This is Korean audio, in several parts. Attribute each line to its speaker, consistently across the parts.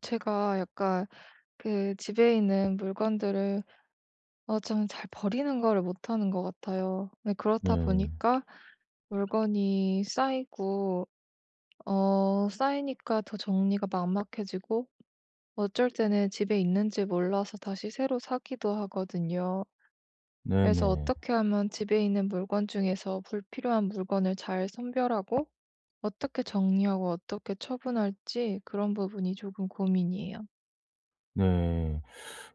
Speaker 1: 제가 약간 그 집에 있는 물건들을 좀 잘 버리는 거를 못하는 것 같아요. 네, 그렇다
Speaker 2: 네.
Speaker 1: 보니까 물건이 쌓이고 쌓이니까 더 정리가 막막해지고 어쩔 때는 집에 있는지 몰라서 다시 새로 사기도 하거든요. 그래서
Speaker 2: 네네.
Speaker 1: 어떻게 하면 집에 있는 물건 중에서 불필요한 물건을 잘 선별하고 어떻게 정리하고 어떻게 처분할지 그런 부분이 조금 고민이에요.
Speaker 2: 네.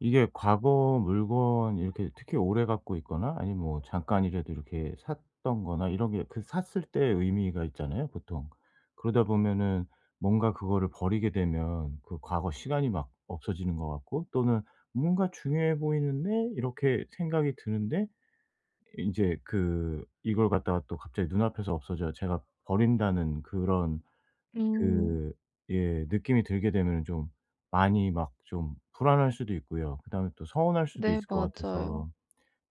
Speaker 2: 이게 과거 물건 이렇게 특히 오래 갖고 있거나 아니면 뭐 잠깐이라도 이렇게 샀던 거나 이런 게 그 샀을 때 의미가 있잖아요, 보통. 그러다 보면은 뭔가 그거를 버리게 되면 그 과거 시간이 막 없어지는 것 같고, 또는 뭔가 중요해 보이는데 이렇게 생각이 드는데, 인제 그 이걸 갖다가 또 갑자기 눈앞에서 없어져 제가 버린다는 그런,
Speaker 1: 음.
Speaker 2: 그 예, 느낌이 들게 되면은 좀 많이 막 좀 불안할 수도 있고요. 그다음에 또 서운할 수도
Speaker 1: 네,
Speaker 2: 있을 것
Speaker 1: 맞아요.
Speaker 2: 같아서,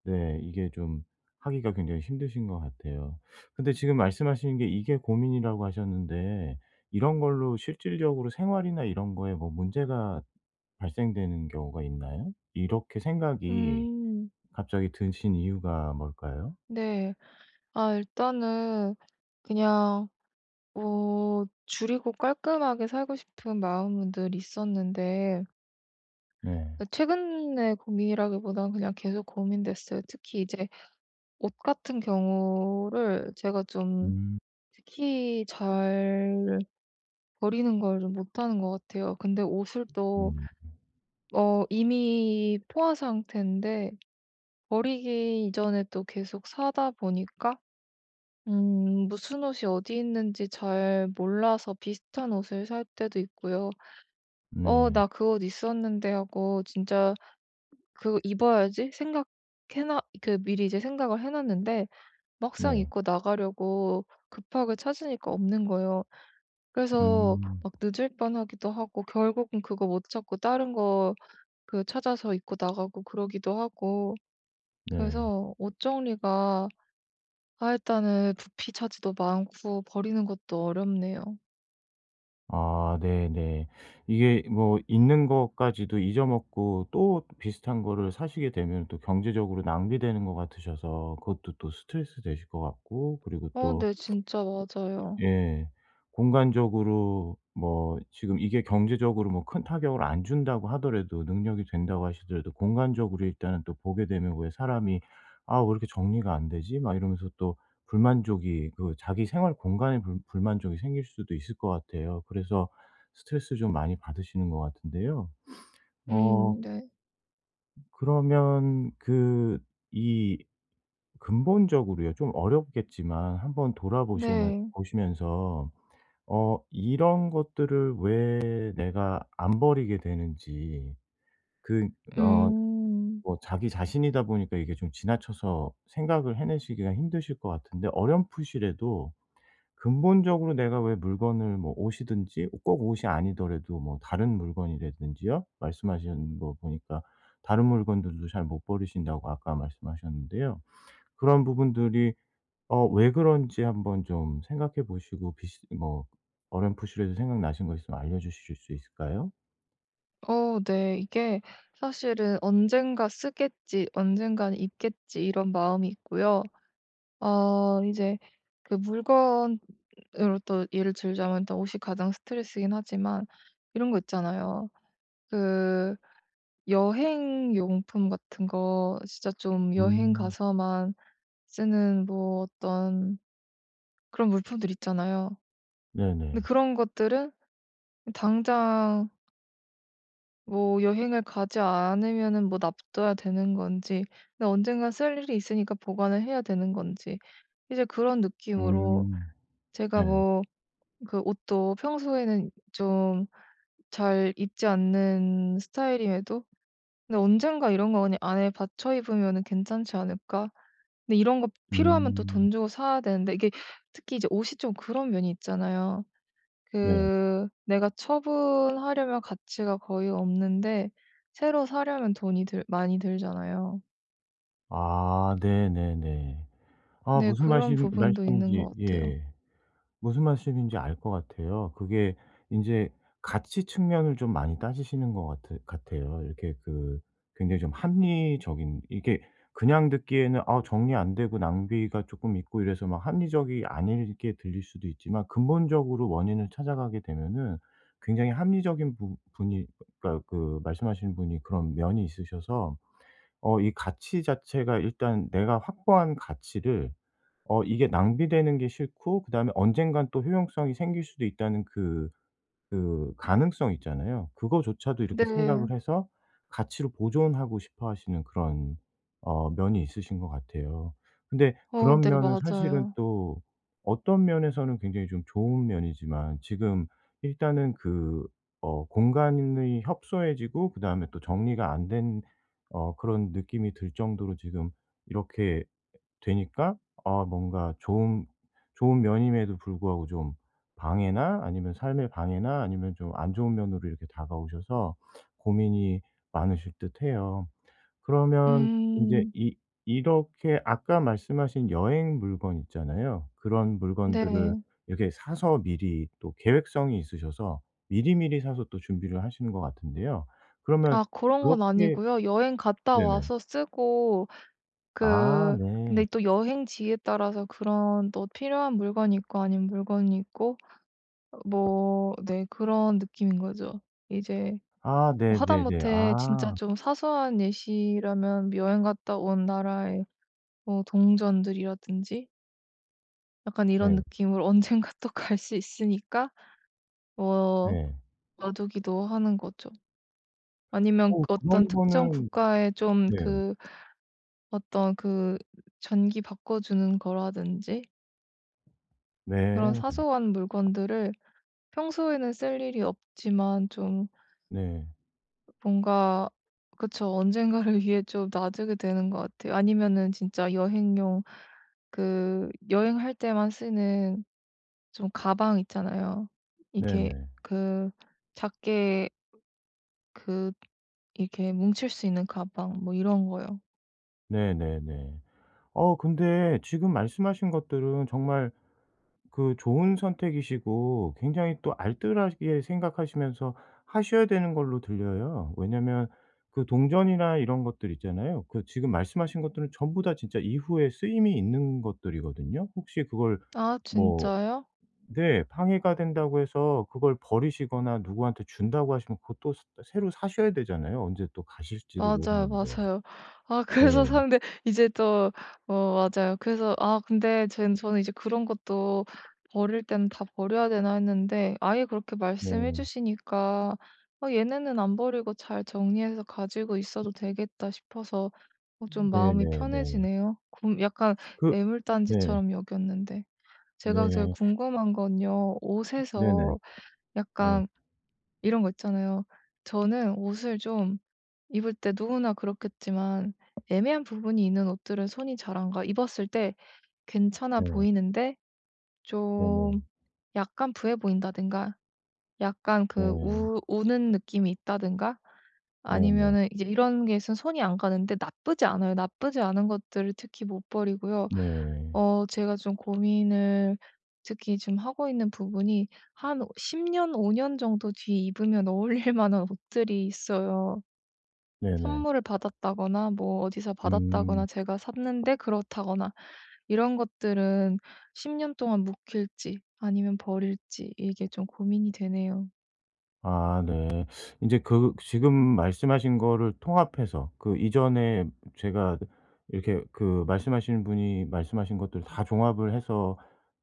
Speaker 2: 네, 이게 좀 하기가 굉장히 힘드신 것 같아요. 근데 지금 말씀하시는 게 이게 고민이라고 하셨는데, 이런 걸로 실질적으로 생활이나 이런 거에 뭐 문제가 발생되는 경우가 있나요? 이렇게 생각이
Speaker 1: 음.
Speaker 2: 갑자기 드신 이유가 뭘까요?
Speaker 1: 네. 아, 일단은 그냥 뭐 줄이고 깔끔하게 살고 싶은 마음은 늘 있었는데
Speaker 2: 네.
Speaker 1: 그 최근에 고민이라기보다는 그냥 계속 고민됐어요. 특히 이제 옷 같은 경우를 제가 좀
Speaker 2: 음.
Speaker 1: 특히 잘 버리는 걸 좀 못하는 것 같아요. 근데 옷을 또
Speaker 2: 음.
Speaker 1: 이미 포화 상태인데 버리기 이전에 또 계속 사다 보니까 무슨 옷이 어디 있는지 잘 몰라서 비슷한 옷을 살 때도 있고요. '어
Speaker 2: 네.
Speaker 1: 나 그 옷 있었는데.' 하고 진짜 '그거 입어야지.' 생각해 놔 그 미리 이제 생각을 해 놨는데 막상
Speaker 2: 네.
Speaker 1: 입고 나가려고 급하게 찾으니까 없는 거예요. 그래서
Speaker 2: 음.
Speaker 1: 막 늦을 뻔하기도 하고 결국은 그거 못 찾고 다른 거 그 찾아서 입고 나가고 그러기도 하고
Speaker 2: 네.
Speaker 1: 그래서 옷 정리가 아, 일단은 부피 차지도 많고 버리는 것도 어렵네요.
Speaker 2: 아, 네네. 이게 뭐 있는 것까지도 잊어먹고 또 비슷한 거를 사시게 되면 또 경제적으로 낭비되는 것 같으셔서 그것도 또 스트레스 되실 것 같고, 그리고 또,
Speaker 1: 네, 진짜 맞아요.
Speaker 2: 예, 공간적으로 뭐 지금 이게 경제적으로 뭐 큰 타격을 안 준다고 하더라도, 능력이 된다고 하시더라도, 공간적으로 일단은 또 보게 되면, 왜 사람이 '아, 왜 이렇게 정리가 안 되지?' 막 이러면서 또 불만족이, 그 자기 생활 공간에 불 불만족이 생길 수도 있을 것 같아요. 그래서 스트레스 좀 많이 받으시는 것 같은데요. 어
Speaker 1: 음. 네.
Speaker 2: 그러면 그 이 근본적으로요 좀 어렵겠지만 한번 돌아보시면
Speaker 1: 네.
Speaker 2: 보시면서, 이런 것들을 왜 내가 안 버리게 되는지, 그 어
Speaker 1: 음.
Speaker 2: 뭐 자기 자신이다 보니까 이게 좀 지나쳐서 생각을 해내시기가 힘드실 것 같은데, 어렴풋이라도 근본적으로 내가 왜 물건을, 뭐 옷이든지 꼭 옷이 아니더라도 뭐 다른 물건이라든지요. 말씀하신 거 보니까 다른 물건들도 잘 못 버리신다고 아까 말씀하셨는데요. 그런 부분들이 왜 그런지 한번 좀 생각해 보시고, 비시 뭐 어렴풋이라도 생각나신 거 있으면 알려 주실 수 있을까요?
Speaker 1: 네, 이게 사실은 '언젠가 쓰겠지. 언젠가는 입겠지.' 이런 마음이 있고요. 이제 그 물건으로 또 예를 들자면 일단 옷이 가장 스트레스이긴 하지만 이런 거 있잖아요. 그 여행 용품 같은 거 진짜 좀 여행
Speaker 2: 음.
Speaker 1: 가서만 쓰는 뭐 어떤 그런 물품들 있잖아요. 근데
Speaker 2: 네네.
Speaker 1: 그런 것들은 당장 뭐 여행을 가지 않으면은 뭐 놔둬야 되는 건지, 근데 언젠가 쓸 일이 있으니까 보관을 해야 되는 건지, 이제 그런 느낌으로
Speaker 2: 음.
Speaker 1: 제가
Speaker 2: 네.
Speaker 1: 뭐 그 옷도 평소에는 좀 잘 입지 않는 스타일임에도 근데 언젠가 이런 거 그냥 안에 받쳐 입으면은 괜찮지 않을까? 근데 이런 거 필요하면 또
Speaker 2: 음.
Speaker 1: 돈 주고 사야 되는데 이게 특히 이제 옷이 좀 그런 면이 있잖아요.
Speaker 2: 네.
Speaker 1: 그 내가 처분하려면 가치가 거의 없는데 새로 사려면 돈이 들 많이 들잖아요.
Speaker 2: 아, 네네네. 아,
Speaker 1: 네,
Speaker 2: 무슨
Speaker 1: 그런
Speaker 2: 말씀
Speaker 1: 부분도 있는
Speaker 2: 말씀인지,
Speaker 1: 것 같아요.
Speaker 2: 예. 무슨 말씀인지 알 것 같아요. 그게 인제 가치 측면을 좀 많이 따지시는 것 같으 같아요. 이렇게 그 굉장히 좀 합리적인, 이게 그냥 듣기에는, 아, 정리 안 되고 낭비가 쪼끔 있고 이래서 막 합리적이 아니게 들릴 수도 있지만, 근본적으로 원인을 찾아가게 되면은 굉장히 합리적인 부 분이, 그러니까 그 말씀하시는 분이 그런 면이 있으셔서, 이 가치 자체가, 일단 내가 확보한 가치를 이게 낭비되는 게 싫고, 그다음에 언젠간 또 효용성이 생길 수도 있다는 그 가능성 있잖아요. 그거조차도 이렇게 생각을
Speaker 1: 네.
Speaker 2: 해서 가치로 보존하고 싶어 하시는 그런 면이 있으신 것 같아요. 근데 그런
Speaker 1: 네,
Speaker 2: 면은 사실은
Speaker 1: 맞아요.
Speaker 2: 또, 어떤 면에서는 굉장히 좀 좋은 면이지만, 지금 일단은 그 공간이 협소해지고, 그다음에 또 정리가 안 된 그런 느낌이 들 정도로 지금 이렇게 되니까, 아, 뭔가 좋은 면임에도 불구하고 좀 방해나, 아니면 삶의 방해나, 아니면 좀 안 좋은 면으로 이렇게 다가오셔서 고민이 많으실 듯해요. 그러면 인제
Speaker 1: 음.
Speaker 2: 이 이렇게 아까 말씀하신 여행 물건 있잖아요. 그런 물건들을
Speaker 1: 네.
Speaker 2: 이렇게 사서, 미리 또 계획성이 있으셔서 미리미리 사서 또 준비를 하시는 것 같은데요. 그러면
Speaker 1: 아, 그런 건
Speaker 2: 그렇게.
Speaker 1: 아니고요. 여행 갔다
Speaker 2: 네네.
Speaker 1: 와서 쓰고
Speaker 2: 아,
Speaker 1: 그
Speaker 2: 네.
Speaker 1: 근데 또 여행지에 따라서 그런 또 필요한 물건이 있고 아닌 물건이 있고 뭐 네 그런 느낌인 거죠. 이제
Speaker 2: 아,
Speaker 1: 뭐
Speaker 2: 네네네.
Speaker 1: 하다못해 진짜
Speaker 2: 아,
Speaker 1: 좀 사소한 예시라면 뭐 여행 갔다 온 나라의 뭐 동전들이라든지 약간
Speaker 2: 네.
Speaker 1: 이런 느낌으로 언젠가 또 갈 수 있으니까 뭐
Speaker 2: 네.
Speaker 1: 놔두기도 하는 거죠. 아니면 그
Speaker 2: 그런
Speaker 1: 어떤 특정
Speaker 2: 거는.
Speaker 1: 국가의 좀
Speaker 2: 네.
Speaker 1: 그 어떤 그 전기 바꿔주는 거라든지 그런
Speaker 2: 네.
Speaker 1: 사소한 물건들을 평소에는 쓸 일이 없지만 좀
Speaker 2: 네.
Speaker 1: 뭔가 그쵸, 언젠가를 위해 좀 놔두게 되는 것 같아요. 아니면은 진짜 여행용 그 여행할 때만 쓰는 좀 가방 있잖아요. 이렇게
Speaker 2: 네네.
Speaker 1: 그 작게 그 이렇게 뭉칠 수 있는 가방 뭐 이런 거요.
Speaker 2: 네네네. 근데 지금 말씀하신 것들은 정말 그 좋은 선택이시고 굉장히 또 알뜰하게 생각하시면서 하셔야 되는 걸로 들려요. 왜냐면 그 동전이나 이런 것들 있잖아요. 그 지금 말씀하신 것들은 전부 다 진짜 이후에 쓰임이 있는 것들이거든요. 혹시 그걸,
Speaker 1: "아,
Speaker 2: 뭐,
Speaker 1: 진짜요?"
Speaker 2: 네, 방해가 된다고 해서 그걸 버리시거나 누구한테 준다고 하시면 그것도 스 새로 사셔야 되잖아요. 언제 또 가실지도
Speaker 1: 맞아요,
Speaker 2: 모르는데.
Speaker 1: 맞아요. 아, 그래서
Speaker 2: 네.
Speaker 1: 사는데 이제 또 맞아요. 그래서 아 근데 전 저는 이제 그런 것도 '버릴 때는 다 버려야 되나.' 했는데 아예 그렇게 말씀해
Speaker 2: 네.
Speaker 1: 주시니까 '어 얘네는 안 버리고 잘 정리해서 가지고 있어도 되겠다.' 싶어서
Speaker 2: 음.
Speaker 1: 좀 마음이
Speaker 2: 네네네.
Speaker 1: 편해지네요. 약간
Speaker 2: 그 네.
Speaker 1: 애물단지처럼 여겼는데. 제가 제일
Speaker 2: 네.
Speaker 1: 궁금한 건요,
Speaker 2: 네네.
Speaker 1: 옷에서
Speaker 2: 네.
Speaker 1: 약간 이런 거 있잖아요. 저는 옷을 좀 입을 때 누구나 그렇겠지만 애매한 부분이 있는 옷들은 손이 잘 안 가. 입었을 때 괜찮아
Speaker 2: 네.
Speaker 1: 보이는데
Speaker 2: 네네.
Speaker 1: 좀 약간 부해 보인다든가 약간 그
Speaker 2: 네.
Speaker 1: 우는 느낌이 있다든가
Speaker 2: 네네.
Speaker 1: 아니면은 이제 이런 게 있으면 손이 안 가는데 나쁘지 않아요. 나쁘지 않은 것들을 특히 못 버리고요.
Speaker 2: 네.
Speaker 1: 어, 제가 좀 고민을 특히 지금 하고 있는 부분이 한 10년, 5년 정도 뒤에 입으면 어울릴 만한 옷들이 있어요.
Speaker 2: 네네.
Speaker 1: 선물을 받았다거나 뭐 어디서
Speaker 2: 음.
Speaker 1: 받았다거나 제가 샀는데 그렇다거나 이런 것들은 10년 동안 묵힐지 아니면 버릴지 이게 좀 고민이 되네요.
Speaker 2: 아, 네. 이제 그 지금 말씀하신 거를 통합해서, 그 이전에 제가 이렇게 그 말씀하시는 분이 말씀하신 것들을 다 종합을 해서,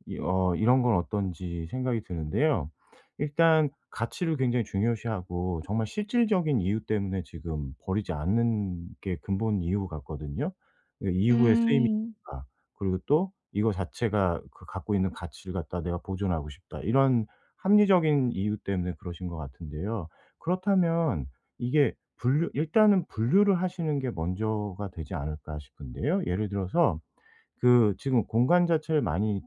Speaker 2: 이 어 이런 건 어떤지 생각이 드는데요. 일단 가치를 굉장히 중요시하고 정말 실질적인 이유 때문에 지금 버리지 않는 게 근본 이유 같거든요. 그 이후에 쓰임이
Speaker 1: 음.
Speaker 2: 있다. 그리고 또 이거 자체가 그 갖고 있는 가치를 갖다 내가 보존하고 싶다. 이런 합리적인 이유 때문에 그러신 것 같은데요. 그렇다면 이게 분류 일단은 분류를 하시는 게 먼저가 되지 않을까 싶은데요. 예를 들어서 그 지금 공간 자체를 많이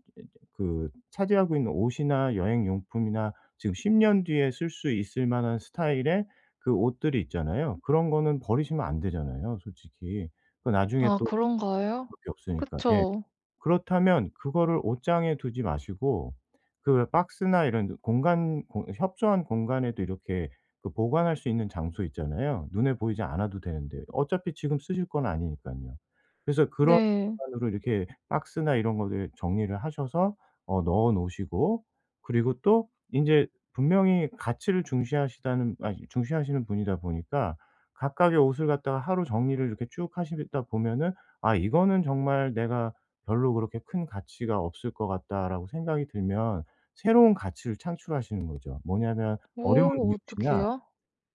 Speaker 2: 그 차지하고 있는 옷이나, 여행 용품이나, 지금 10년 뒤에 쓸 수 있을 만한 스타일의 그 옷들이 있잖아요. 그런 거는 버리시면 안 되잖아요, 솔직히. 그 나중에
Speaker 1: 아,
Speaker 2: 또
Speaker 1: 그런가요?
Speaker 2: 그렇게 없으니까. 예.
Speaker 1: 그쵸.
Speaker 2: 그렇다면 그거를 옷장에 두지 마시고, 그 박스나 이런 공간 공 협소한 공간에도 이렇게 그 보관할 수 있는 장소 있잖아요. 눈에 보이지 않아도 되는데 어차피 지금 쓰실 건 아니니깐요. 그래서 그런
Speaker 1: 네.
Speaker 2: 공간으로 이렇게 박스나 이런 것에 정리를 하셔서 넣어 놓으시고, 그리고 또 이제, 분명히 가치를 중시하시다는, 아니, 중시하시는 분이다 보니까 각각의 옷을 갖다가 하루 정리를 이렇게 쭉 하시다 보면은, '아, 이거는 정말 내가 별로 그렇게 큰 가치가 없을 것 같다'라고 생각이 들면, 새로운 가치를 창출하시는 거죠. 뭐냐면, 어려운
Speaker 1: 오,
Speaker 2: 이웃이나
Speaker 1: 어떡해요?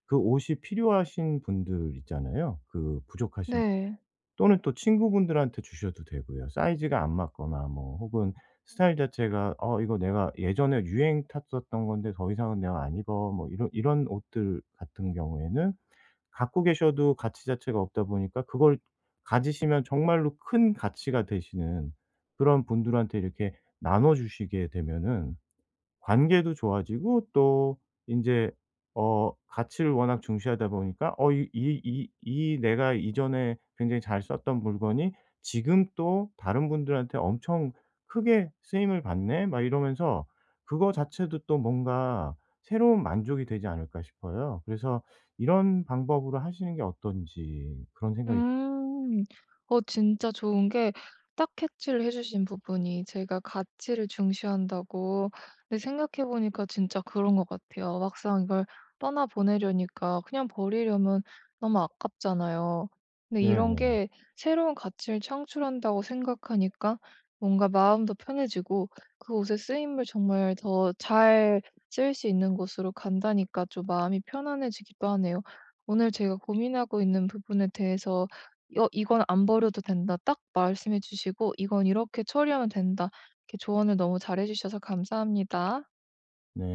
Speaker 2: 그 옷이 필요하신 분들 있잖아요. 그 부족하신,
Speaker 1: 네.
Speaker 2: 또는 또 친구분들한테 주셔도 되고요. 사이즈가 안 맞거나 뭐 혹은 스타일 자체가 '어, 이거 내가 예전에 유행 탔었던 건데 더 이상은 내가 안 입어.' 뭐 이런 옷들 같은 경우에는, 갖고 계셔도 가치 자체가 없다 보니까 그걸 가지시면 정말로 큰 가치가 되시는 그런 분들한테 이렇게 나눠 주시게 되면은, 관계도 좋아지고 또 인제 가치를 워낙 중시하다 보니까, 이 내가 이전에 굉장히 잘 썼던 물건이 지금 또 다른 분들한테 '엄청 크게 쓰임을 받네.' 막 이러면서 그거 자체도 또 뭔가 새로운 만족이 되지 않을까 싶어요. 그래서 이런 방법으로 하시는 게 어떤지 그런 생각이.
Speaker 1: 음. 진짜 좋은 게 딱 캐치를 해 주신 부분이 제가 가치를 중시한다고, 근데 생각해 보니까 진짜 그런 것 같아요. 막상 이걸 떠나 보내려니까 그냥 버리려면 너무 아깝잖아요. 근데 이런
Speaker 2: 네네.
Speaker 1: 게 새로운 가치를 창출한다고 생각하니까 뭔가 마음도 편해지고 그 옷의 쓰임을 정말 더 잘 쓸 수 있는 곳으로 간다니까 좀 마음이 편안해지기도 하네요. 오늘 제가 고민하고 있는 부분에 대해서 "어 이건 안 버려도 된다." 딱 말씀해 주시고 "이건 이렇게 처리하면 된다." 이렇게 조언을 너무 잘해 주셔서 감사합니다.
Speaker 2: 네.